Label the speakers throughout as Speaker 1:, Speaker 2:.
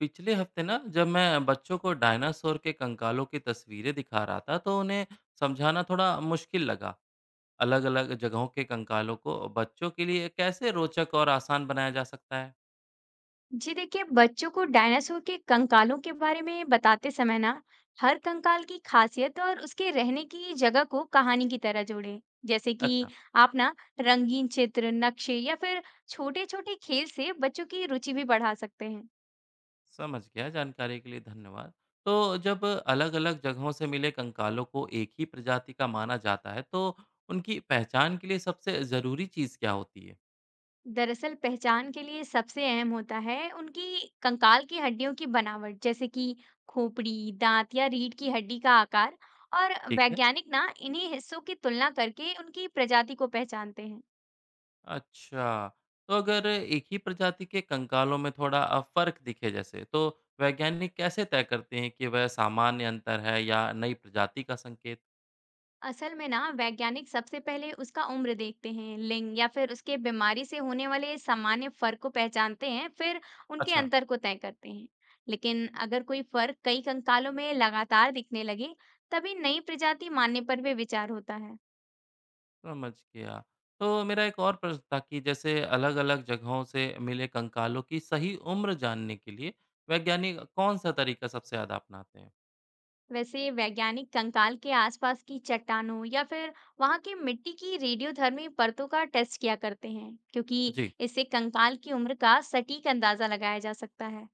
Speaker 1: पिछले हफ्ते ना जब मैं बच्चों को डायनासोर के कंकालों की तस्वीरें दिखा रहा था तो उन्हें समझाना थोड़ा मुश्किल लगा। अलग अलग जगहों के कंकालों को बच्चों के लिए कैसे रोचक और आसान बनाया जा सकता है।
Speaker 2: जी देखिए, बच्चों को डायनासोर के कंकालों के बारे में बताते समय ना हर कंकाल की खासियत और उसके रहने की जगह को कहानी की तरह जोड़ें। जैसे कि
Speaker 1: अच्छा।
Speaker 2: आप ना रंगीन चित्र, नक्शे या फिर छोटे छोटे खेल से बच्चों की रुचि भी बढ़ा सकते हैं।
Speaker 1: समझ गया, जानकारी के लिए धन्यवाद। तो जब अलग अलग जगहों से मिले कंकालों को एक ही प्रजाति का माना जाता है तो उनकी पहचान के लिए सबसे ज़रूरी चीज़ क्या होती है।
Speaker 2: दरअसल, पहचान के लिए सबसे अहम होता है उनकी कंकाल की हड्डियों की बनावट, जैसे कि खोपड़ी, दांत या रीढ़ की हड्डी का आकार। और
Speaker 1: ठीक है।
Speaker 2: वैज्ञानिक ना इन्हीं हिस्सों की तुलना करके उनकी प्रजाति को पहचानते हैं।
Speaker 1: अच्छा, तो अगर एक ही प्रजाति के कंकालों में थोड़ा फ़र्क दिखे जैसे, तो वैज्ञानिक कैसे तय करते हैं कि वह सामान्य अंतर है या नई प्रजाति का संकेत?
Speaker 2: असल में ना वैज्ञानिक सबसे पहले उसका उम्र देखते हैं, लिंग या फिर उसके बीमारी से होने वाले सामान्य फर्क को पहचानते हैं, फिर उनके
Speaker 1: अच्छा,
Speaker 2: अंतर को तय करते हैं। लेकिन अगर कोई फर्क कई कंकालों में लगातार दिखने लगे, तभी नई प्रजाति मानने पर भी विचार होता है।
Speaker 1: समझ गया। तो मेरा एक और प्रश्न था कि जैसे अलग-अलग जगहों से मिले कंकालों की सही उम्र जानने के लिए वैज्ञानिक कौन-सा तरीका सबसे ज़्यादा अपनाते हैं?
Speaker 2: वैसे वैज्ञानिक कंकाल के आसपास की चट्टानों या फिर वहां की मिट्टी की रेडियोधर्मी परतों का टेस्ट किया करते हैं, क्योंकि
Speaker 1: जी।
Speaker 2: इससे कंकाल की उम्र का सटीक अंदाजा लगाया जा सकता है।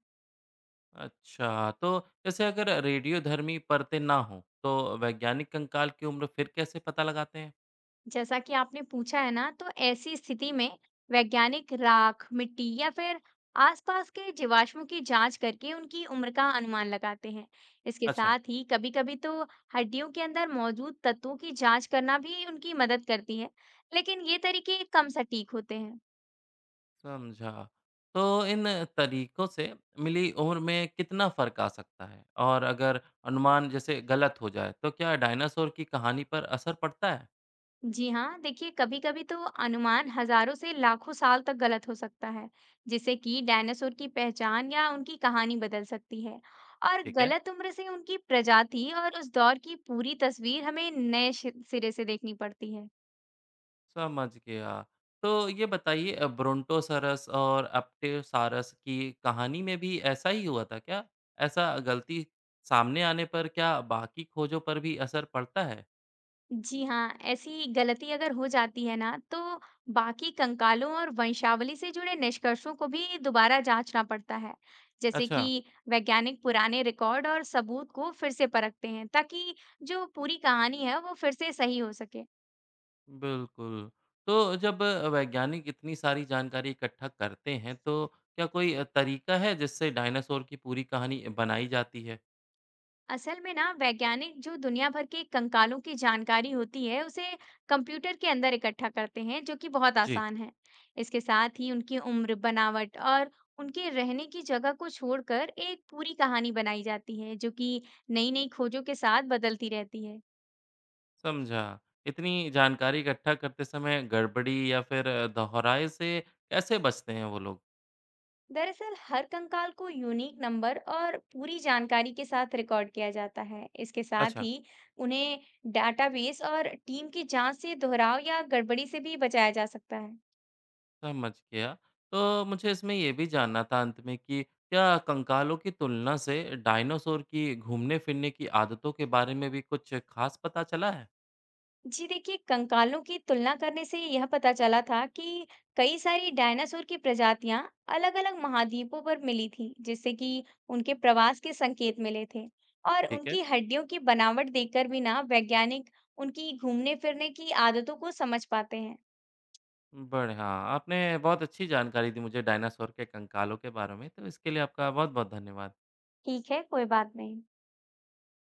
Speaker 1: अच्छा, तो जैसे अगर रेडियोधर्मी परतें ना हों, तो वैज्ञानिक कंकाल की उम्र फिर कैसे पता लगाते हैं?
Speaker 2: जैसा कि आपने पूछा है ना, तो ऐसी स्थिति में वैज्ञानिक राख, मिट्टी या फिर आसपास के जीवाश्मों की जांच करके उनकी उम्र का अनुमान लगाते हैं। इसके
Speaker 1: अच्छा।
Speaker 2: साथ ही कभी-कभी तो हड्डियों के अंदर मौजूद तत्वों की जांच करना भी उनकी मदद करती है, लेकिन ये तरीके कम सटीक होते हैं।
Speaker 1: समझा। तो इन तरीकों से मिली उम्र में कितना फ़र्क आ सकता है? और अगर अनुमान जैसे गलत हो जाए, तो क्या डायनासोर की कहानी पर असर पड़ता है?
Speaker 2: जी हाँ, देखिए कभी-कभी तो अनुमान हजारों से लाखों साल तक गलत हो सकता है, जिससे कि डायनासोर की पहचान या उनकी कहानी बदल सकती है। और
Speaker 1: ठीक है,
Speaker 2: गलत उम्र से उनकी प्रजाति और उस दौर की पूरी तस्वीर हमें नए सिरे से देखनी पड़ती है।
Speaker 1: समझ गया। तो ये बताइए ब्रोंटोसॉरस और एप्टेरोसाurus की कहानी में भी ऐसा ही हुआ था क्या? ऐसा गलती सामने आने पर क्या बाकी खोजों पर भी असर पड़ता है?
Speaker 2: जी हाँ, ऐसी गलती अगर हो जाती है ना, तो बाकी कंकालों और वंशावली से जुड़े निष्कर्षों को भी दोबारा जांचना पड़ता है। जैसे
Speaker 1: अच्छा।
Speaker 2: कि वैज्ञानिक पुराने रिकॉर्ड और सबूत को फिर से परखते हैं, ताकि जो पूरी कहानी है, वो फिर से सही हो सके।
Speaker 1: बिल्कुल। तो जब वैज्ञानिक इतनी सारी जानकारी इकट्ठा करते हैं, तो क्या कोई तरीका है जिससे डायनासोर की पूरी कहानी बनाई जाती है?
Speaker 2: असल में ना वैज्ञानिक जो दुनिया भर के कंकालों की जानकारी होती है उसे कंप्यूटर के अंदर इकट्ठा करते हैं, जो कि बहुत
Speaker 1: जी।
Speaker 2: आसान है। इसके साथ ही उनकी उम्र, बनावट और उनके रहने की जगह को छोड़कर एक पूरी कहानी बनाई जाती है, जो कि नई नई खोजों के साथ बदलती रहती है।
Speaker 1: समझा। इतनी जानकारी इकट्ठा करते समय गड़बड़ी या फिर दोहराए से कैसे बचते हैं वो लोग?
Speaker 2: दरअसल, हर कंकाल को यूनिक नंबर और पूरी जानकारी के साथ रिकॉर्ड किया जाता है। इसके साथ
Speaker 1: अच्छा,
Speaker 2: ही उन्हें डाटाबेस और टीम की जांच से दोहराव या गड़बड़ी से भी बचाया जा सकता है।
Speaker 1: समझ गया। तो मुझे इसमें ये भी जानना था अंत में कि क्या कंकालों की तुलना से डायनासोर की घूमने-फिरने की आदतों के बारे में भी कुछ ख़ास पता चला है?
Speaker 2: जी देखिए, कंकालों की तुलना करने से यह पता चला था कि कई सारी डायनासोर की प्रजातियां अलग-अलग महाद्वीपों पर मिली थी, जिससे कि उनके प्रवास के संकेत मिले थे। और
Speaker 1: ठीक है।
Speaker 2: उनकी हड्डियों की बनावट देखकर भी ना वैज्ञानिक उनकी घूमने फिरने की आदतों को समझ पाते हैं।
Speaker 1: बढ़िया, आपने बहुत अच्छी जानकारी दी मुझे डायनासोर के कंकालों के बारे में, तो इसके लिए आपका बहुत-बहुत धन्यवाद।
Speaker 2: ठीक है, कोई बात नहीं।